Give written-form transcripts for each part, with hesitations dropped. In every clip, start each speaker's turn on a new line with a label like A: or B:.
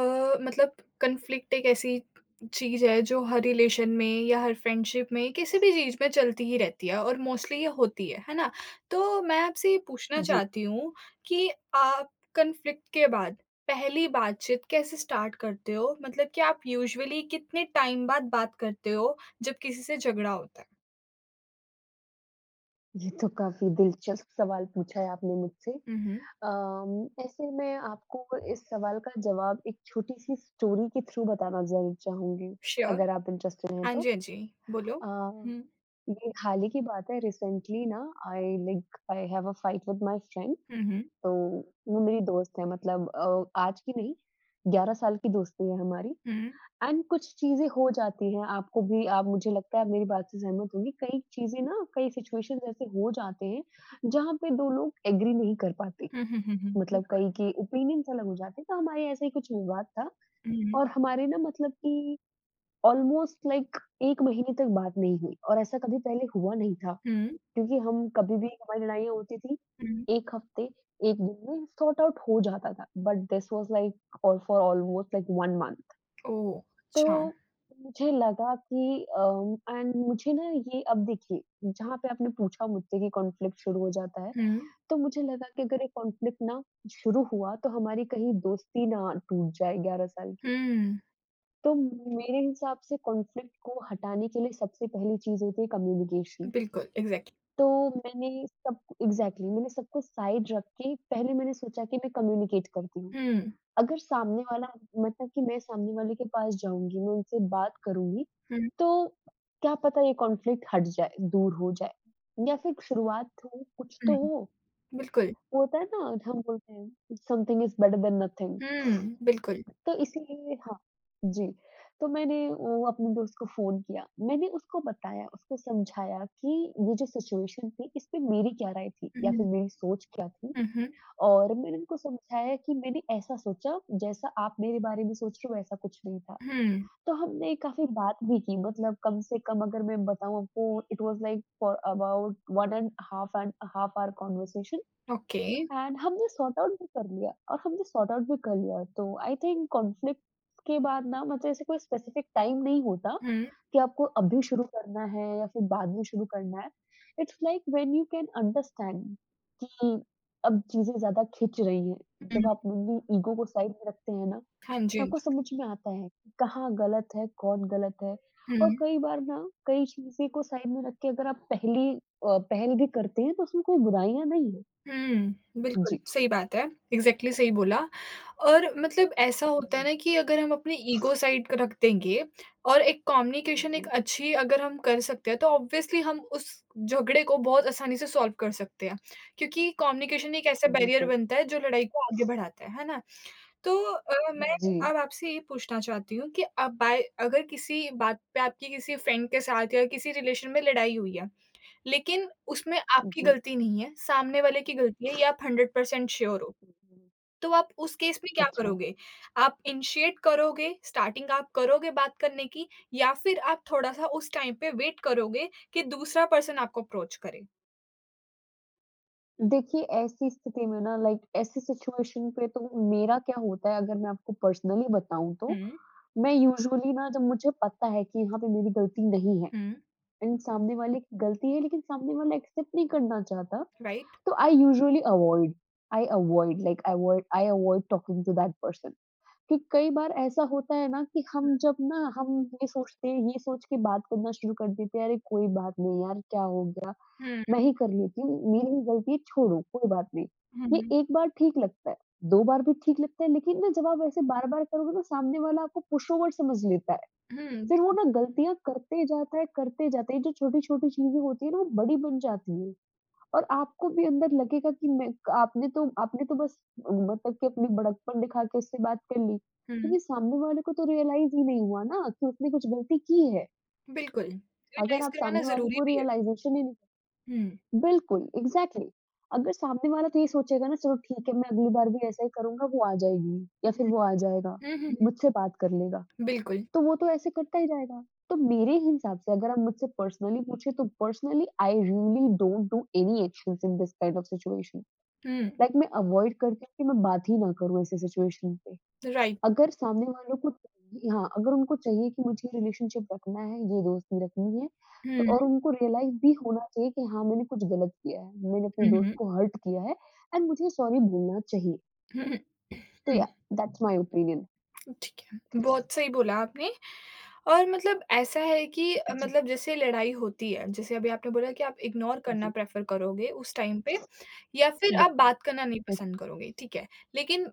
A: मतलब कन्फ्लिक्ट एक ऐसी चीज है जो हर रिलेशन में या हर फ्रेंडशिप में किसी भी चीज में चलती ही रहती है और मोस्टली ये होती है ना। तो मैं आपसे ये पूछना
B: जी,
A: चाहती हूँ कि आप कन्फ्लिक्ट के बाद पहली बातचीत कैसे स्टार्ट करते हो, मतलब कि आप यूजुअली कितने टाइम बाद बात करते हो जब किसी से झगड़ा होता है।
B: ये तो काफ़ी दिलचस्प सवाल पूछा है आपने मुझसे।
A: हम्म।
B: अम, ऐसे में आपको इस सवाल का जवाब एक छोटी-सी स्टोरी के थ्रू बताना ज़रूर चाहूँगी,
A: श्योर।
B: अगर आप इंटरेस्टेड हैं
A: हाँ जी,
B: तो।
A: हाँ जी, बोलो।
B: अ,
A: हम्म,
B: ये हाल ही की बात है रिसेंटली ना। I have a fight with my friend.
A: हम्म,
B: तो वो मेरी दोस्त है मतलब आज की नहीं, 11 साल की दोस्ती है हमारी।
A: हम्म,
B: एंड कुछ चीज़ें हो जाती हैं, आपको भी आप मुझे लगता है आप मेरी बात से सहमत होंगी, कई चीज़ें ना कई सिचुएशंस ऐसे हो जाते हैं जहाँ पे 2 लोग एग्री नहीं कर पाते।
A: हम्म, हम्म, हम्म,
B: मतलब
A: बिल्कुल।
B: कई के ओपिनियंस अलग हो जाते हैं, तो हमारे ऐसा ही कुछ विवाद था।
A: हम्म,
B: और हमारे ना मतलब कि ऑलमोस्ट लाइक 1 महीने तक बात नहीं हुई और ऐसा कभी पहले हुआ नहीं था।
A: हम्म,
B: क्योंकि हम कभी भी हमारी लड़ाइयाँ होती थी,
A: हम्म।
B: 1 हफ्ते, 1 दिन में सॉर्ट आउट हो जाता था। बट दिस वाज़ लाइक और फॉर ऑलमोस्ट लाइक 1 मंथ।
A: ओ
B: तो
A: अच्छा।
B: मुझे लगा कि एंड मुझे ना ये अब देखिए जहाँ पे आपने पूछा मुझसे कि कॉन्फ्लिक्ट शुरू हो जाता है,
A: हुँ,
B: तो मुझे लगा कि अगर ये कॉन्फ्लिक्ट ना शुरू हुआ तो हमारी कहीं दोस्ती ना टूट जाए 11 साल की।
A: हुँ,
B: तो मेरे हिसाब से कॉन्फ्लिक्ट को हटाने के लिए सबसे पहली चीज़ होती है कम्युनिकेशन।
A: बिल्कुल, एग्ज़ैक्टली।
B: तो मैंने सब एग्ज़ैक्टली मैंने सबको साइड रख के पहले मैंने सोचा कि मैं कम्युनिकेट करती हूँ।
A: हुँ,
B: अगर सामने वाला मतलब कि मैं सामने वाले के पास जाऊँगी, मैं उनसे बात करूँगी,
A: हुँ,
B: तो क्या पता ये कॉन्फ्लिक्ट हट जाए, दूर हो जाए या फिर शुरुआत हो, कुछ
A: हुँ,
B: तो हो।
A: बिल्कुल।
B: वो होता है ना, हम बोलते हैं something is better than nothing.
A: हुँ, बिल्कुल।
B: तो इसीलिए हाँ, जी। तो मैंने वो अपने दोस्त को फ़ोन किया। मैंने उसको बताया, उसको समझाया कि ये जो सिचुएशन थी, इसमें मेरी क्या राय थी या
A: हुँ,
B: फिर मेरी सोच क्या थी।
A: हुँ, हुँ,
B: और मैंने उनको समझाया कि मैंने ऐसा सोचा, जैसा आप मेरे बारे में सोच रहे हो वैसा कुछ नहीं था।
A: हुँ,
B: तो हमने काफ़ी बात भी की मतलब कम से कम अगर मैं बताऊँ आपको it was like for about 1 and half hour conversation.
A: Okay.
B: And हमने सॉर्ट आउट भी कर लिया और हमने सॉर्ट आउट भी कर लिया। तो आई थिंक कॉन्फ्लिक्ट के बाद ना मतलब ऐसे कोई स्पेसिफिक टाइम नहीं होता
A: हुँ,
B: कि आपको अभी शुरू करना है या फिर बाद में शुरू करना है। It's like when you can understand कि अब चीज़ें ज़्यादा खिंच रही हैं।
A: हुँ,
B: जब आप अपनी ईगो को साइड में रखते हैं ना,
A: हाँ जी,
B: तो
A: हाँ
B: आपको
A: जी।
B: समझ में आता है कि कहाँ गलत है, कौन गलत है।
A: हुँ,
B: और कई बार ना कई चीज़ें को साइड में रख के अगर आप पहल भी करते हैं तो उसमें कोई बुराइयाँ नहीं है।
A: हुँ, बिल्कुल,
B: जी।
A: सही बात है। एग्ज़ैक्टली, सही बोला। और मतलब ऐसा होता है ना कि अगर हम अपनी ईगो साइड रख देंगे और एक कम्युनिकेशन एक
B: जी,
A: अच्छी अगर हम कर सकते हैं, तो ऑब्वियसली हम उस झगड़े को बहुत आसानी से सॉल्व कर सकते हैं, क्योंकि कम्युनिकेशन एक ऐसा बैरियर
B: बिल्कुल।
A: बनता है जो लड़ाई को आगे बढ़ाता है ना? तो मैं
B: जी,
A: अब आपसे ये पूछना चाहती हूँ कि अब बाय अगर किसी बात पे आपकी किसी फ्रेंड के साथ या किसी रिलेशन में लड़ाई हुई है, लेकिन उसमें आपकी
B: जी।
A: गलती नहीं है, सामने वाले की गलती है, ये आप 100% श्योर हो,
B: हम्म,
A: तो आप उस केस में क्या
B: अच्छा,
A: करोगे? आप इनिशिएट करोगे, स्टार्टिंग आप करोगे बात करने की, या फिर आप थोड़ा-सा उस टाइम पे वेट करोगे कि दूसरा पर्सन आपको अप्रोच करे?
B: देखिए ऐसी स्थिति में ना लाइक ऐसी सिचुएशन पे तो मेरा क्या होता है अगर मैं आपको पर्सनली बताऊँ तो,
A: हुँ,
B: मैं यूजुअली ना जब मुझे पता है कि यहाँ पे मेरी गलती नहीं है
A: हुँ,
B: एंड सामने वाले की गलती है लेकिन सामने वाला एक्सेप्ट नहीं करना चाहता,
A: राइट?
B: तो I usually avoid I avoid like avoid I avoid talking to that person. कि कई बार ऐसा होता है ना कि हम जब ना हम ये सोचते हैं ये सोच के बात करना शुरू कर देते हैं अरे कोई बात नहीं यार क्या हो गया
A: हुँ,
B: मैं ही कर लेती हूँ मेरी ही गलती है छोड़ो कोई बात नहीं। ये
A: हुँ,
B: एक बार ठीक लगता है, दो बार भी ठीक लगता है, लेकिन ना जब आप ऐसे बार बार करोगे ना सामने वाला आपको पुश ओवर समझ लेता है।
A: हुँ, हुँ,
B: फिर वो ना गलतियां करते जाता है करते जाता है, ये जो छोटी छोटी चीजें होती है ना वो बड़ी बन जाती है। और आपको भी अंदर लगेगा कि मैं आपने तो बस मतलब कि अपनी बड़कपन दिखा के उससे बात कर ली,
A: हुँ,
B: लेकिन सामने वाले को तो रियलाइज़ ही नहीं हुआ ना कि उसने कुछ गलती की है।
A: बिल्कुल,
B: अगर
A: रियलाइज़
B: आप
A: करवाना
B: सामने वाले
A: ज़रूरी
B: को
A: भी है।
B: रियलाइज़ेशन ही नहीं।
A: हुँ।
B: बिल्कुल, एग्ज़ैक्टली। अगर सामने वाला तो ये सोचेगा ना चलो ठीक है मैं अगली बार भी ऐसा ही करूँगा, वो आ जाएगी या
A: हुँ,
B: फिर वो आ जाएगा,
A: हुँ, हुँ, हुँ,
B: मुझसे बात कर लेगा,
A: बिल्कुल।
B: तो वो तो ऐसे करता ही जाएगा। तो मेरे हिसाब से अगर आप मुझसे पर्सनली पूछे तो personally I really don't do any actions in this kind of situation.
A: हुँ,
B: लाइक मैं अवॉइड करती हूँ कि मैं बात ही ना करूँ ऐसे सिचुएशन पे।
A: राइट।
B: अगर सामने वालों को चाहिए हाँ, अगर उनको चाहिए कि मुझे रिलेशनशिप रखना है, ये दोस्ती रखनी है, तो
A: हुँ,
B: और उनको रियलाइज़ भी होना चाहिए कि हाँ, मैंने कुछ गलत किया है, मैंने अपने
A: हुँ,
B: दोस्त
A: हुँ,
B: को हर्ट किया है एंड मुझे सॉरी बोलना चाहिए।
A: हुँ,
B: तो
A: हुँ।
B: या दैट्स माय ओपिनियन।
A: हुँ, ठीक है, बहुत सही बोला आपने। और मतलब ऐसा है कि
B: जी,
A: मतलब जैसे लड़ाई होती है, जैसे अभी आपने बोला कि आप इग्नोर करना
B: जी,
A: प्रेफ़र करोगे उस टाइम पे या फिर आप
B: बिल्कुल।
A: बात करना नहीं
B: हुँ,
A: पसंद करोगे, ठीक है। लेकिन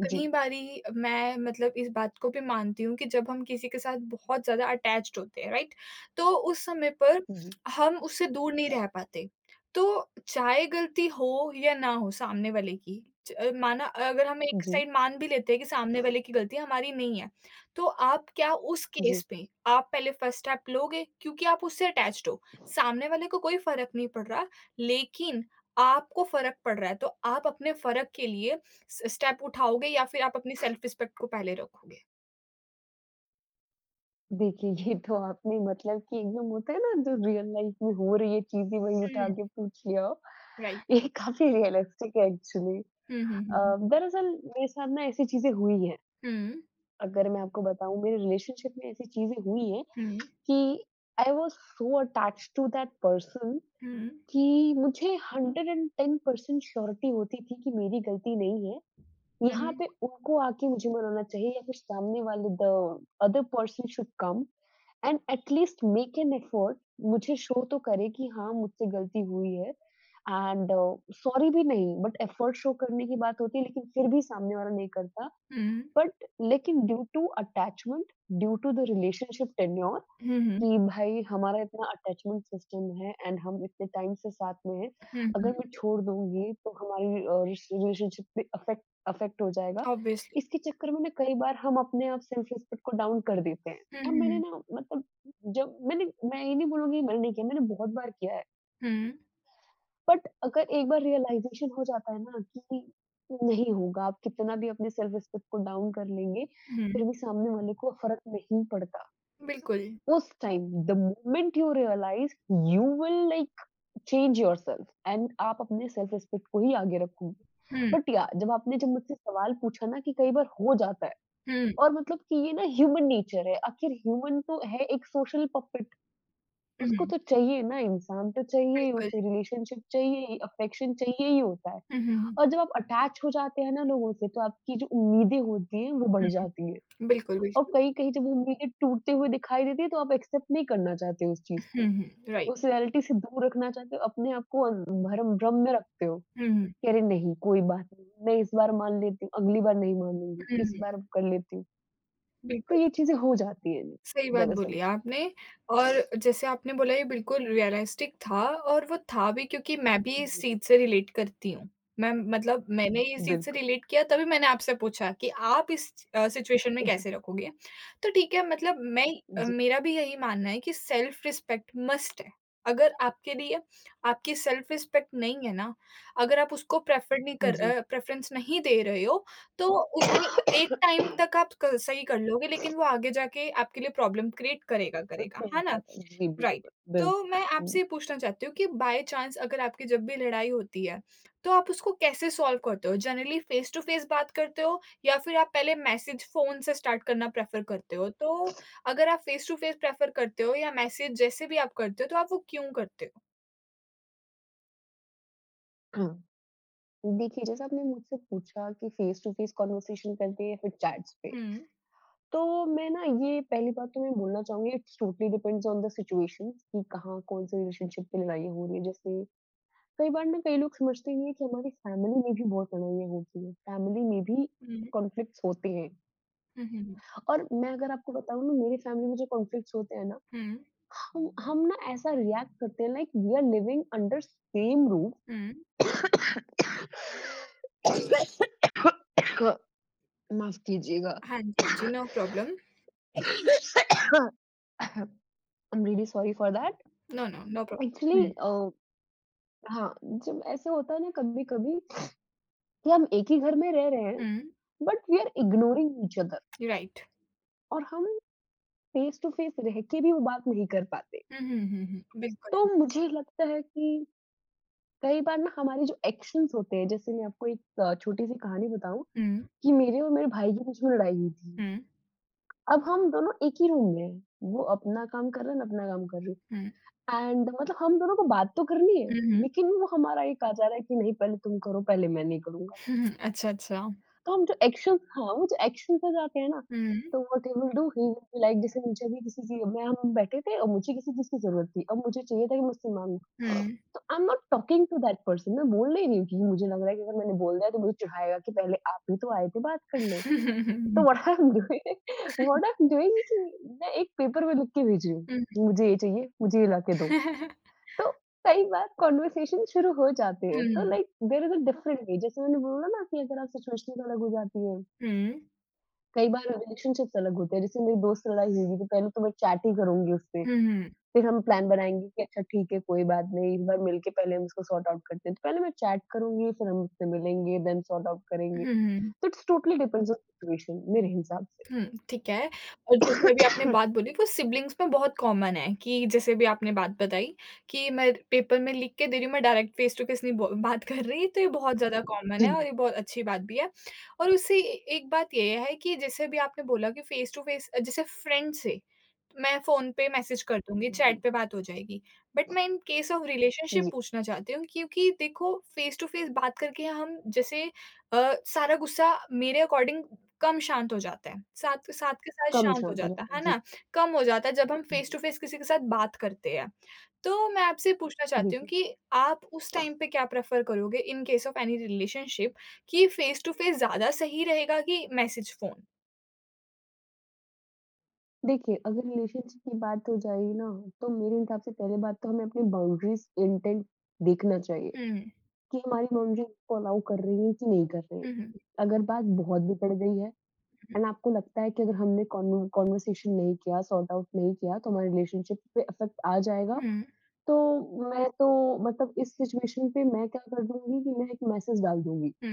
A: कई
B: जी,
A: बारी मैं मतलब इस बात को भी मानती हूँ कि जब हम किसी के साथ बहुत ज़्यादा अटैच्ड होते हैं, राइट? तो उस समय पर
B: जी,
A: हम उससे दूर नहीं रह पाते। तो चाहे गलती हो या ना हो सामने वाले की माना अगर हम एक
B: जी,
A: साइड मान भी लेते हैं कि सामने वाले की गलती हमारी नहीं है, तो आप क्या उस
B: जी।
A: केस में आप पहले फर्स्ट स्टेप लोगे? क्योंकि आप उससे अटैच्ड हो। सामने वाले को कोई फ़र्क नहीं पड़ रहा, लेकिन आपको फ़र्क पड़ रहा है, तो आप अपने फ़र्क के लिए स स्टेप उठाओगे या फिर आप अपनी सेल्फ रिस्पेक्ट को पहले रखोगे?
B: देखिए, ये तो आपने मतलब कि एकदम होता है ना, जो रियल लाइफ़ में हो रही है चीज़ें, वही उठा के
A: हुँ,
B: पूछ लिया।
A: राइट।
B: ये काफ़ी रियलिस्टिक है एक्चुअली।
A: हुँ, हुँ, हुँ,
B: अ,
A: हुँ।
B: दरअसल मेरे साथ ना ऐसी चीज़ें हुई हैं।
A: हुँ,
B: अगर मैं आपको बताऊँ मेरे रिलेशनशिप में ऐसी चीज़ें हुई हैं
A: हुँ,
B: कि I was so attached to that person
A: हुँ,
B: कि मुझे 110% श्योरिटी होती थी कि मेरी गलती नहीं है। यहाँ
A: हुँ,
B: पे उनको आके मुझे मनाना चाहिए या फिर सामने वाले the other person should come and at least make an effort. मुझे शो तो करे कि हाँ मुझसे गलती हुई है एंड सॉरी भी नहीं बट एफर्ट शो करने की बात होती है, लेकिन फिर भी सामने वाला नहीं करता।
A: हुँ,
B: बट लेकिन due to attachment, due to the relationship tenure,
A: हुँ,
B: कि भाई हमारा इतना अटैचमेंट सिस्टम है एंड हम इतने टाइम से साथ में हैं।
A: हुँ,
B: अगर
A: हुँ,
B: मैं छोड़ दूँगी तो हमारी अ, रिश रिलेशनशिप पे अफेक्ट अफेक्ट हो जाएगा।
A: ऑब्वियसली।
B: इसके चक्कर में ना कई बार हम अपने आप सेल्फ रिस्पेक्ट को डाउन कर देते हैं
A: हुँ,
B: और मैंने
A: हुँ,
B: ना मतलब जब मैंने मैं ये नहीं बोलूँगी मैंने नहीं किया, मैंने बहुत बार किया है।
A: हुँ,
B: बट अगर एक बार रियलाइज़ेशन हो जाता है ना कि नहीं होगा, आप कितना भी अपने सेल्फ रिस्पेक्ट को डाउन कर लेंगे,
A: हुँ, हुँ,
B: फिर भी सामने वाले को फ़र्क नहीं पड़ता।
A: बिल्कुल।
B: उस time the moment you realise, you will like change yourself and आप अपने सेल्फ रिस्पेक्ट को ही आगे रखोगे।
A: हुँ,
B: बट या जब मुझसे सवाल पूछा ना कि कई बार हो जाता है
A: हुँ,
B: और मतलब कि ये ना ह्यूमन नेचर है। आखिर ह्यूमन तो है एक सोशल पपेट, उसको
A: हुँ,
B: तो चाहिए ना, इंसान तो चाहिए,
A: बिल्कुल।
B: उसे रिलेशनशिप चाहिए, अफेक्शन चाहिए ही होता है।
A: हुँ, हुँ,
B: और जब आप अटैच हो जाते हैं ना लोगों से तो आपकी जो उम्मीदें होती हैं वो बढ़
A: हुँ,
B: जाती है।
A: हुँ, बिल्कुल,
B: और
A: बिल्कुल।
B: कहीं कहीं जब वो उम्मीदें टूटते हुए दिखाई देती है तो आप एक्सेप्ट नहीं करना चाहते उस चीज
A: हुँ,
B: को।
A: हुँ,
B: उस
A: राइट।
B: रियलिटी से दूर रखना चाहते हो, अपने आप को भ्रम भ्रम में रखते हो कि
A: हुँ, हुँ,
B: अरे नहीं कोई बात नहीं, मैं इस बार मान लेती हूँ, अगली बार नहीं मानूँगी, इस
A: हुँ,
B: बार कर लेती हूँ। तो
A: बिल्कुल।
B: ये चीज़ें हो जाती हैं
A: सही बात बोली
B: दरअसल।
A: आपने। और जैसे आपने बोला, ये बिल्कुल रियलिस्टिक था, और वो था भी क्योंकि मैं भी इस
B: जी,
A: चीज़ से रिलेट करती हूँ। मैं मतलब मैंने इस चीज़ से
B: बिल्कुल।
A: रिलेट किया तभी मैंने आपसे पूछा कि आप इस सिचुएशन में कैसे रखोगे? तो ठीक है, मतलब मैं
B: जी,
A: मेरा भी यही मानना है कि सेल्फ रिस्पेक्ट मस्ट है। अगर आपके लिए आपकी सेल्फ रिस्पेक्ट नहीं है ना, अगर आप उसको प्रेफर नहीं कर
B: जी।
A: प्रेफ़रेंस नहीं दे रहे हो, तो उसे एक टाइम तक आप क सही कर लोगे, लेकिन वो आगे जाके आपके लिए प्रॉब्लम क्रिएट करेगा, करेगा,
B: बिल्कुल हो
A: है ना?
B: जाता है। जी,
A: राइट।
B: बिल्कुल,
A: तो
B: बिल्कुल।
A: मैं आपसे
B: हुँ,
A: ये पूछना चाहती हूँ कि बाय चांस अगर आपकी जब भी लड़ाई होती है, तो आप उसको कैसे सॉल्व करते हो? जनरली फेस टू फेस बात करते हो या फिर आप पहले मैसेज फ़ोन से स्टार्ट करना प्रेफ़र करते हो? तो अगर आप फेस टू फेस प्रेफ़र करते हो या मैसेज जैसे भी आप करते हो, तो आप वो क्यों करते हो?
B: हाँ। देखिए जैसा आपने मुझसे पूछा कि फेस टू फेस कन्वर्सेशन करते हैं या फिर चैट्स पे,
A: हुँ,
B: तो मैं ना ये पहली बात तो मैं बोलना चाहूँगी, it's totally depends on the situation कि कहाँ कौन-से रिलेशनशिप पे लड़ाई हो रही है। जैसे कई बार ना कई लोग समझते हैं कि हमारी फैमिली में भी बहुत लड़ाइयाँ होती हैं, फैमिली में भी
A: हुँ,
B: कॉन्फ्लिक्ट्स होते हैं।
A: हुँ, हुँ, हुँ,
B: और मैं अगर आपको बताऊँ ना मेरी फैमिली में जो कॉन्फ्लिक्ट्स होते हैं ना,
A: हुँ,
B: हम ना ऐसा रिएक्ट करते हैं like we are living under same roof.
A: हुँ।
B: माफ़ कीजिएगा।
A: हाँ जी, हाँ जी, no problem.
B: I am really sorry for that.
A: No, no, no problem.
B: Actually
A: हुँ।
B: हाँ, जब ऐसे होता है ना कभी-कभी कि हम एक ही घर में रह रहे हैं
A: हुँ,
B: but we are ignoring each other
A: right.
B: और हम फेस टू फेस रह के भी वो बात नहीं कर पाते।
A: हुँ, हुँ, हुँ, हुँ,
B: तो
A: बिल्कुल।
B: मुझे लगता है कि कई बार ना हमारे जो एक्शंस होते हैं, जैसे मैं आपको एक छोटी सी कहानी बताऊँ
A: हुँ,
B: कि मेरे और मेरे भाई के बीच में लड़ाई हुई थी।
A: हुँ,
B: अब हम दोनों एक ही रूम में हैं, वो अपना काम कर रहा है मैं अपना काम कर रही
A: हुँ,
B: हूँ एंड मतलब हम दोनों को बात तो करनी है,
A: हुँ, हुँ,
B: लेकिन वो हमारा ये कहा जा रहा है कि नहीं पहले तुम करो, पहले मैं नहीं करूँगा।
A: हुँ, अच्छा, अच्छा।
B: तो हम जो एक्शन हाँ, वो जो एक्शन पर जाते हैं ना,
A: हुँ,
B: तो what he will do he will be like. जैसे मुझे भी किसी चीज़ मैं हम बैठे थे और मुझे किसी चीज़ की ज़रूरत थी। अब मुझे चाहिए था कि मुझसे माँगे।
A: हुँ।
B: तो I am not talking to that person, मैं बोल नहीं रही हूँ क्योंकि मुझे लग रहा है कि अगर मैंने बोल दिया तो मुझे चिढ़ाएगा कि पहले आप ही तो आए थे बात करने।
A: हुँ, हुँ,
B: तो
A: हुँ,
B: व्हाट आई एम डूइंग कि मैं एक पेपर में लिख के भेज रही हूँ,
A: हुँ, हुँ,
B: मुझे ये चाहिए, मुझे ये ला के दो। तो कई बार कन्वर्सेशन शुरू हो जाते
A: हुँ,
B: हैं। तो
A: हुँ,
B: like there is a different way, जैसे मैंने बोला ना कि अगर आप सिचुएशनल अलग हो जाती है।
A: हुँ,
B: कई बार रिलेशनशिप्स अलग होते हैं, जैसे मेरी दोस्त से लड़ाई हुई थी, तो पहले तो मैं चैट ही करूँगी उससे,
A: हुँ, हुँ,
B: फिर हम प्लान बनाएँगे कि अच्छा ठीक है, कोई बात नहीं, इस बार मिल के पहले हम इसको सॉर्ट आउट करते हैं। तो पहले मैं चैट करूँगी, फिर हम उससे मिलेंगे, देन सॉर्ट आउट
A: हुँ,
B: करेंगे।
A: हुँ।
B: तो it's totally depends on situation मेरे हिसाब से।
A: हुँ, ठीक है। और जैसे अभी आपने बात बोली, वो सिबलिंग्स में बहुत कॉमन है कि जैसे अभी आपने बात बताई कि मैं पेपर में लिख के दे रही हूँ, मैं डायरेक्ट फेस टू फेस नहीं ब बात कर रही, तो ये बहुत ज़्यादा कॉमन है और
B: जी,
A: ये बहुत अच्छी बात भी है। और उससे ए एक बात ये है कि जैसे अभी आपने बोला कि फेस टू फेस जैसे फ्रेंड से मैं फ़ोन पे मैसेज कर दूँगी, चैट
B: जी,
A: पे बात हो जाएगी। बट मैं इन केस ऑफ रिलेशनशिप
B: जी,
A: पूछना चाहती हूँ क्योंकि देखो फेस टू फेस बात करके हम जैसे अ, सारा गुस्सा मेरे अकॉर्डिंग कम शांत हो जाता है। साथ साथ के साथ
B: कम
A: शांत हो
B: शांत हो
A: जाता
B: जाता है।
A: है
B: जी,
A: ना? कम हो जाता है जब हम फेस टू
B: जी।
A: फेस किसी के साथ बात करते हैं। तो मैं आपसे पूछना चाहती हूँ
B: देखिए
A: कि आप उस टाइम पे क्या प्रेफ़र करोगे in case of any relationship, कि फेस टू फेस ज़्यादा सही रहेगा कि मैसेज फ़ोन?
B: देखिए, अगर रिलेशनशिप की बात हो जाएगी ना, तो मेरे हिसाब से पहली बात तो हमें अपनी बाउंड्रीज़ इंटेंट देखना चाहिए।
A: हुँ,
B: कि हमारी बाउंड्री को अलाउ कर रही है कि नहीं कर रही है।
A: हुँ, हुँ,
B: अगर बात बहुत बिगड़ गई है
A: हुँ,
B: एंड आपको लगता है कि अगर हमने कॉन्वर्सेशन नहीं किया, सॉर्ट आउट नहीं किया तो हमारे रिलेशनशिप पे इफेक्ट आ जाएगा,
A: हुँ,
B: तो मैं तो मतलब इस सिचुएशन पे मैं क्या कर दूँगी कि मैं एक मैसेज डाल दूँगी
A: हुँ,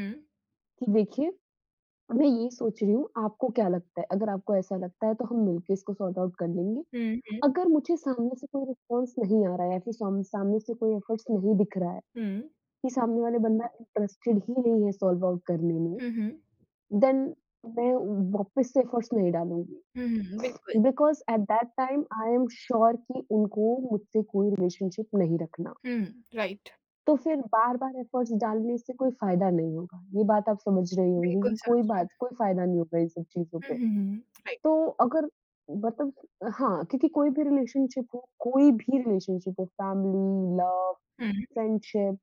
B: कि देखिए मैं ये सोच रही हूँ, आपको क्या लगता है? अगर आपको ऐसा लगता है तो हम मिलके इसको सॉर्ट आउट कर लेंगे।
A: हुँ, हुँ,
B: अगर मुझे सामने से कोई रिस्पॉन्स नहीं आ रहा है या फिर सामने से कोई एफर्ट्स नहीं दिख रहा है
A: हुँ,
B: कि सामने वाले बंदा इंटरेस्टेड ही नहीं है सॉल्व आउट करने में,
A: हुँ, हुँ,
B: देन मैं वापस से एफर्ट्स नहीं डालूँगी।
A: हुँ, हुँ, बिल्कुल।
B: Because at that time I am sure कि उनको मुझसे कोई रिलेशनशिप नहीं रखना।
A: हुँ, राइट।
B: तो फिर बार-बार एफर्ट्स डालने से कोई फ़ायदा नहीं होगा। ये बात आप समझ रही होंगी
A: बिल्कुल
B: कि
A: समझ रही हूँ।
B: कोई फ़ायदा नहीं होगा इन सब चीज़ों
A: हुँ,
B: पे।
A: हुँ, हुँ, राइट।
B: तो अगर मतलब हाँ, क्योंकि कोई भी रिलेशनशिप हो family, love,
A: hmm,
B: friendship,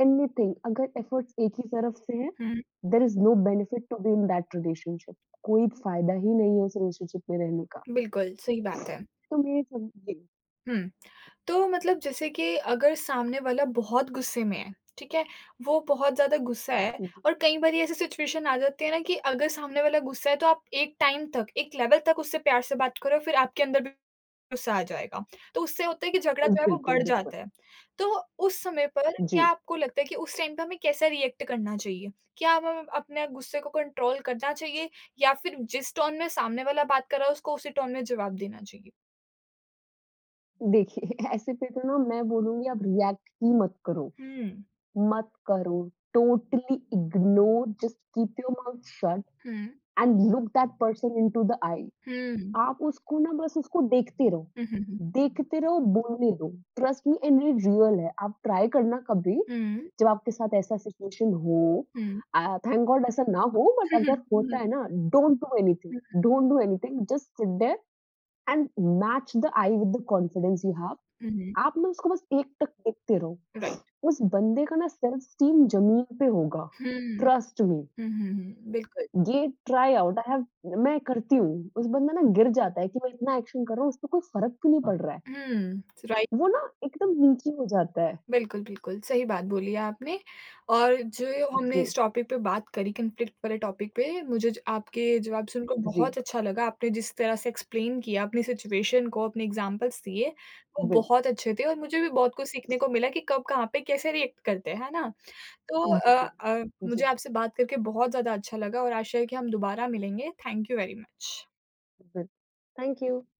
B: anything, अगर एफर्ट्स एक ही तरफ से हैं,
A: हुँ,
B: there is no benefit to be in that relationship, कोई फायदा ही नहीं है उस रिलेशनशिप में रहने का।
A: बिल्कुल, सही बात है।
B: तो मैं सब जी,
A: हुँ। तो मतलब जैसे कि अगर सामने वाला बहुत गुस्से में है, ठीक है? वो बहुत ज़्यादा गुस्सा है,
B: जी,
A: और कई बारी ऐसी सिचुएशन आ जाती है ना कि अगर सामने वाला गुस्सा है तो आप एक टाइम तक, एक लेवल तक उससे प्यार से बात करो, फिर आपके अंदर भी गुस्सा आ जाएगा। तो उससे होता है कि झगड़ा जो है वो
B: बिल्कुल,
A: बढ़
B: बिल्कुल।
A: जाता है। तो उस समय पर क्या
B: जी,
A: आपको लगता है कि उस टाइम पे हमें कैसा रिएक्ट करना चाहिए? क्या हमें अपने गुस्से को कंट्रोल करना चाहिए या फिर जिस टोन में सामने वाला बात कर रहा है उसको उसी टोन में जवाब देना चाहिए?
B: देखिए ऐसे पे तो ना मैं बोलूँगी आप रिएक्ट ही मत करो,
A: हुँ।
B: मत करो, totally ignore just keep your mouth shut
A: hmm.
B: And look that person into the eye.
A: हुँ।
B: आप उसको ना बस उसको
A: Mhm, mhm.
B: देखते रहो, बोलने दो, trust me and it real है। आप ट्राई करना कभी
A: हुँ,
B: जब आपके साथ ऐसा सिचुएशन हो, थैंक गॉड ऐसा ना हो, बट
A: हुँ,
B: अगर होता है ना don't do anything,
A: hmm,
B: don't do anything, just sit there and match the eye with the confidence you have.
A: हुँ, हुँ,
B: आप ना उसको बस एक टक देखते रहो,
A: राइट।
B: उस बंदे का ना सेल्फ-एस्टीम ज़मीन पे होगा,
A: हुँ, हुँ,
B: ट्रस्ट मी।
A: हुँ, हुँ, बिल्कुल।
B: ये ट्राई आउट आई हैव मैं करती हूँ, उस बंदा ना गिर जाता है कि मैं इतना एक्शन कर रहा हूँ, उसपे कोई फ़र्क भी नहीं हाँ। पड़ रहा है।
A: हुँ, राइट,
B: वो ना एकदम नीचे हो जाता है।
A: बिल्कुल, बिल्कुल, सही बात बोली है आपने। और जो हमने
B: जी,
A: इस टॉपिक पे बात करी, कॉन्फ्लिक्ट वाले टॉपिक पे, मुझे ज आपके जवाब सुनकर
B: जी,
A: बहुत अच्छा लगा। आपने जिस तरह से एक्सप्लेन किया अपनी सिचुएशन को, अपने एग्ज़ाम्पल्स दिए, वो
B: बिल्क
A: बहुत अच्छे थे और मुझे भी बहुत कुछ सीखने को मिला कि कब कहाँ पे कैसे रिएक्ट करते हैं, है ना? तो
B: जी, बिल्कुल।
A: मुझे
B: जी,
A: आपसे बात करके बहुत ज़्यादा अच्छा लगा और आशा है कि हम दोबारा मिलेंगे। Thank you very much.
B: बिल्क थैंक यू।